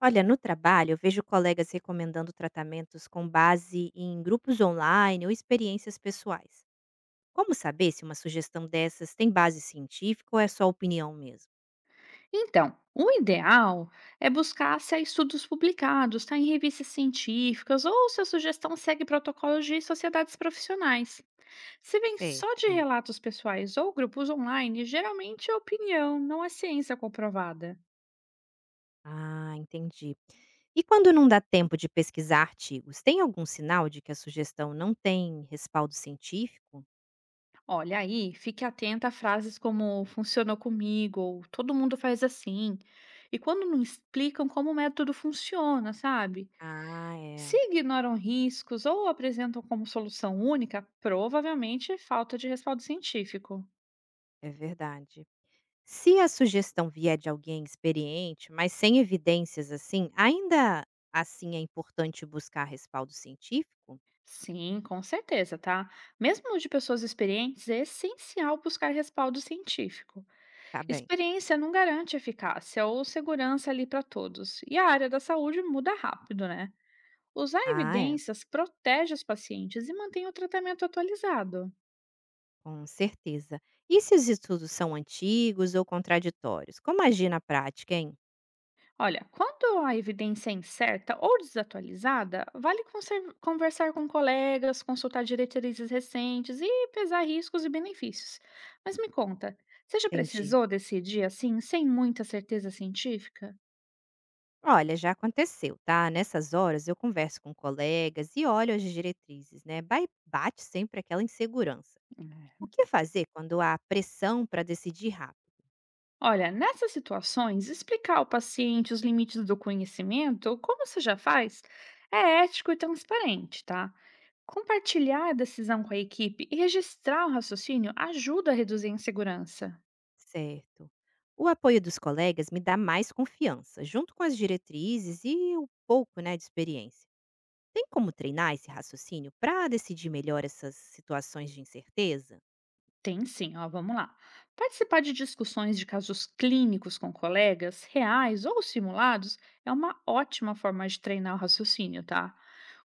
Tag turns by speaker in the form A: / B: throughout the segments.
A: Olha, no trabalho, eu vejo colegas recomendando tratamentos com base em grupos online ou experiências pessoais. Como saber se uma sugestão dessas tem base científica ou é só opinião mesmo?
B: Então, o ideal é buscar se há estudos publicados, tá, em revistas científicas ou se a sugestão segue protocolos de sociedades profissionais. Se vem só de
A: Certo.
B: relatos pessoais ou grupos online, geralmente é opinião, não é ciência comprovada.
A: Ah, entendi. E quando não dá tempo de pesquisar artigos, tem algum sinal de que a sugestão não tem respaldo científico?
B: Olha aí, fique atenta a frases como funcionou comigo ou todo mundo faz assim, e quando não explicam como o método funciona, sabe?
A: Ah, é,
B: Se ignoram riscos ou apresentam como solução única, provavelmente é falta de respaldo científico.
A: é verdade. Se a sugestão vier de alguém experiente, mas sem evidências assim, ainda assim é importante buscar respaldo científico?
B: Sim, com certeza, tá? Mesmo de pessoas experientes, é essencial buscar respaldo científico.
A: Tá bem.
B: Experiência não garante eficácia ou segurança ali para todos, e a área da saúde muda rápido, né? Usar
A: Ah, é,
B: evidências protege os pacientes e mantém o tratamento atualizado.
A: com certeza. E se os estudos são antigos ou contraditórios? Como agir na prática, hein?
B: Olha, quando a evidência é incerta ou desatualizada, vale conversar com colegas, consultar diretrizes recentes e pesar riscos e benefícios. Mas me conta, você já
A: Entendi.
B: precisou decidir assim, sem muita certeza científica?
A: Olha, já aconteceu, tá? Nessas horas eu converso com colegas e olho as diretrizes, né? Bate sempre aquela insegurança.
B: É.
A: O que fazer quando há pressão para decidir rápido?
B: Olha, nessas situações, explicar ao paciente os limites do conhecimento, como você já faz, é ético e transparente, tá? Compartilhar a decisão com a equipe e registrar o raciocínio ajuda a reduzir a insegurança.
A: Certo. O apoio dos colegas me dá mais confiança, junto com as diretrizes e o pouco, né, de experiência. Tem como treinar esse raciocínio para decidir melhor essas situações de incerteza?
B: Tem sim, ó, vamos lá. Participar de discussões de casos clínicos com colegas, reais ou simulados, é uma ótima forma de treinar o raciocínio, tá?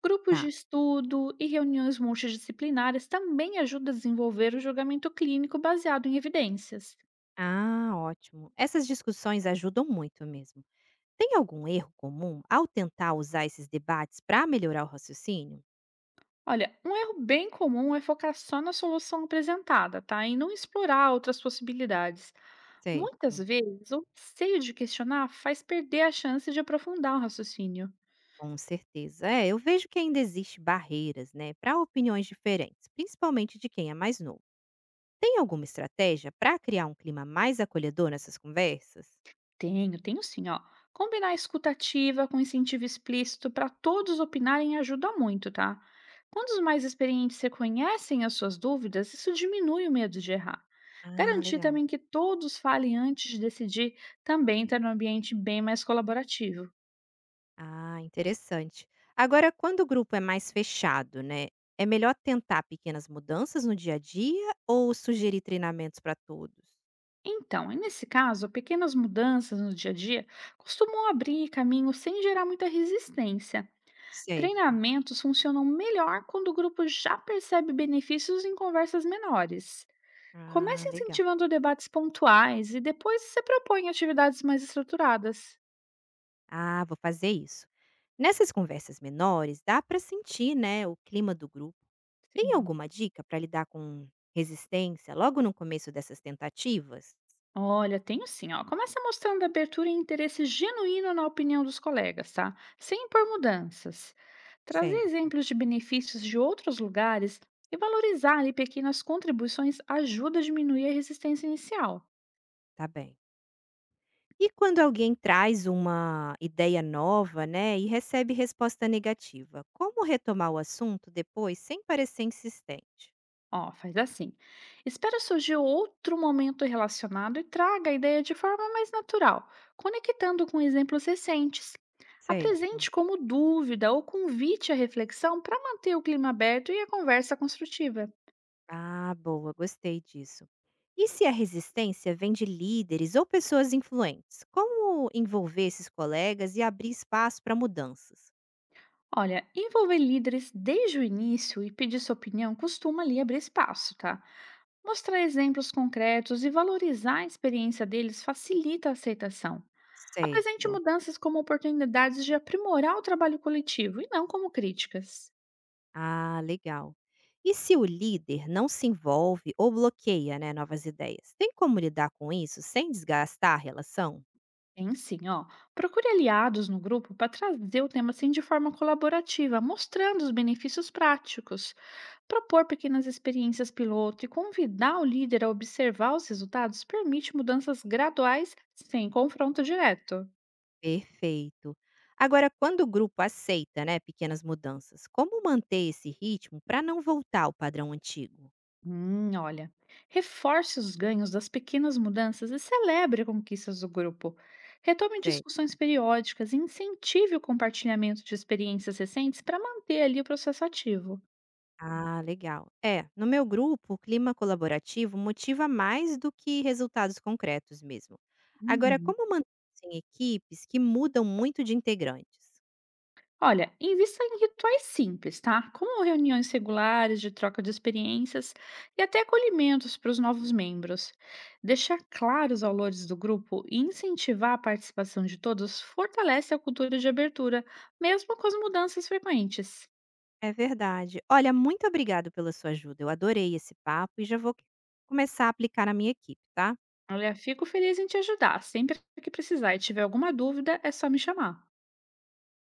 B: Grupos de
A: Tá.
B: estudo e reuniões multidisciplinares também ajudam a desenvolver o julgamento clínico baseado em evidências.
A: Ah, ótimo. Essas discussões ajudam muito mesmo. Tem algum erro comum ao tentar usar esses debates para melhorar o raciocínio?
B: Olha, um erro bem comum é focar só na solução apresentada, tá? E não explorar outras possibilidades. Muitas
A: Certo.
B: vezes, o receio de questionar faz perder a chance de aprofundar o raciocínio.
A: Com certeza. É, eu vejo que ainda existe barreiras, né, para opiniões diferentes, principalmente de quem é mais novo. Tem alguma estratégia para criar um clima mais acolhedor nessas conversas?
B: Tenho, tenho sim, ó. Combinar a escutativa com incentivo explícito para todos opinarem ajuda muito, tá? Quando os mais experientes reconhecem as suas dúvidas, isso diminui o medo de errar.
A: Ah,
B: Garantir
A: legal.
B: também que todos falem antes de decidir também está um ambiente bem mais colaborativo.
A: Ah, interessante. Agora, quando o grupo é mais fechado, né? É melhor tentar pequenas mudanças no dia a dia ou sugerir treinamentos para todos?
B: Então, e nesse caso, pequenas mudanças no dia a dia costumam abrir caminho sem gerar muita resistência.
A: Certo.
B: Treinamentos funcionam melhor quando o grupo já percebe benefícios em conversas menores.
A: Ah,
B: Comece
A: legal.
B: incentivando debates pontuais e depois você propõe atividades mais estruturadas.
A: Ah, vou fazer isso. Nessas conversas menores, dá para sentir, né, o clima do grupo. Tem
B: Uhum.
A: alguma dica para lidar com resistência logo no começo dessas tentativas?
B: Olha, tenho sim, ó. Começa mostrando abertura e interesse genuíno na opinião dos colegas, tá? Sem impor mudanças. Trazer
A: Certo.
B: exemplos de benefícios de outros lugares e valorizar ali pequenas contribuições ajuda a diminuir a resistência inicial.
A: Tá bem. E quando alguém traz uma ideia nova, né, e recebe resposta negativa, como retomar o assunto depois sem parecer insistente?
B: Ó, faz assim. Espera surgir outro momento relacionado e traga a ideia de forma mais natural, conectando com exemplos recentes. Apresente
A: Certo.
B: como dúvida ou convite à reflexão para manter o clima aberto e a conversa construtiva.
A: Ah, boa, gostei disso. E se a resistência vem de líderes ou pessoas influentes, como envolver esses colegas e abrir espaço para mudanças?
B: Olha, envolver líderes desde o início e pedir sua opinião costuma ali abrir espaço, tá? Mostrar exemplos concretos e valorizar a experiência deles facilita a aceitação. Apresente
A: Certo.
B: mudanças como oportunidades de aprimorar o trabalho coletivo e não como críticas.
A: Ah, legal. E se o líder não se envolve ou bloqueia, né, novas ideias, tem como lidar com isso sem desgastar a relação?
B: Pense, ó, procure aliados no grupo para trazer o tema assim de forma colaborativa, mostrando os benefícios práticos. Propor pequenas experiências piloto e convidar o líder a observar os resultados permite mudanças graduais sem confronto direto.
A: Perfeito. Agora, quando o grupo aceita, né, pequenas mudanças, como manter esse ritmo para não voltar ao padrão antigo?
B: Olha, reforce os ganhos das pequenas mudanças e celebre conquistas do grupo. Retome
A: Sei.
B: discussões periódicas e incentive o compartilhamento de experiências recentes para manter ali o processo ativo.
A: Ah, legal. É, no meu grupo, o clima colaborativo motiva mais do que resultados concretos mesmo. Agora,
B: Uhum.
A: como manter isso em equipes que mudam muito de integrantes?
B: Olha, invista em rituais simples, tá? Como reuniões regulares de troca de experiências e até acolhimentos para os novos membros. Deixar claros os valores do grupo e incentivar a participação de todos fortalece a cultura de abertura, mesmo com as mudanças frequentes.
A: É verdade. Olha, muito obrigado pela sua ajuda. Eu adorei esse papo e já vou começar a aplicar na minha equipe, tá?
B: Olha, fico feliz em te ajudar. Sempre que precisar e tiver alguma dúvida, é só me chamar.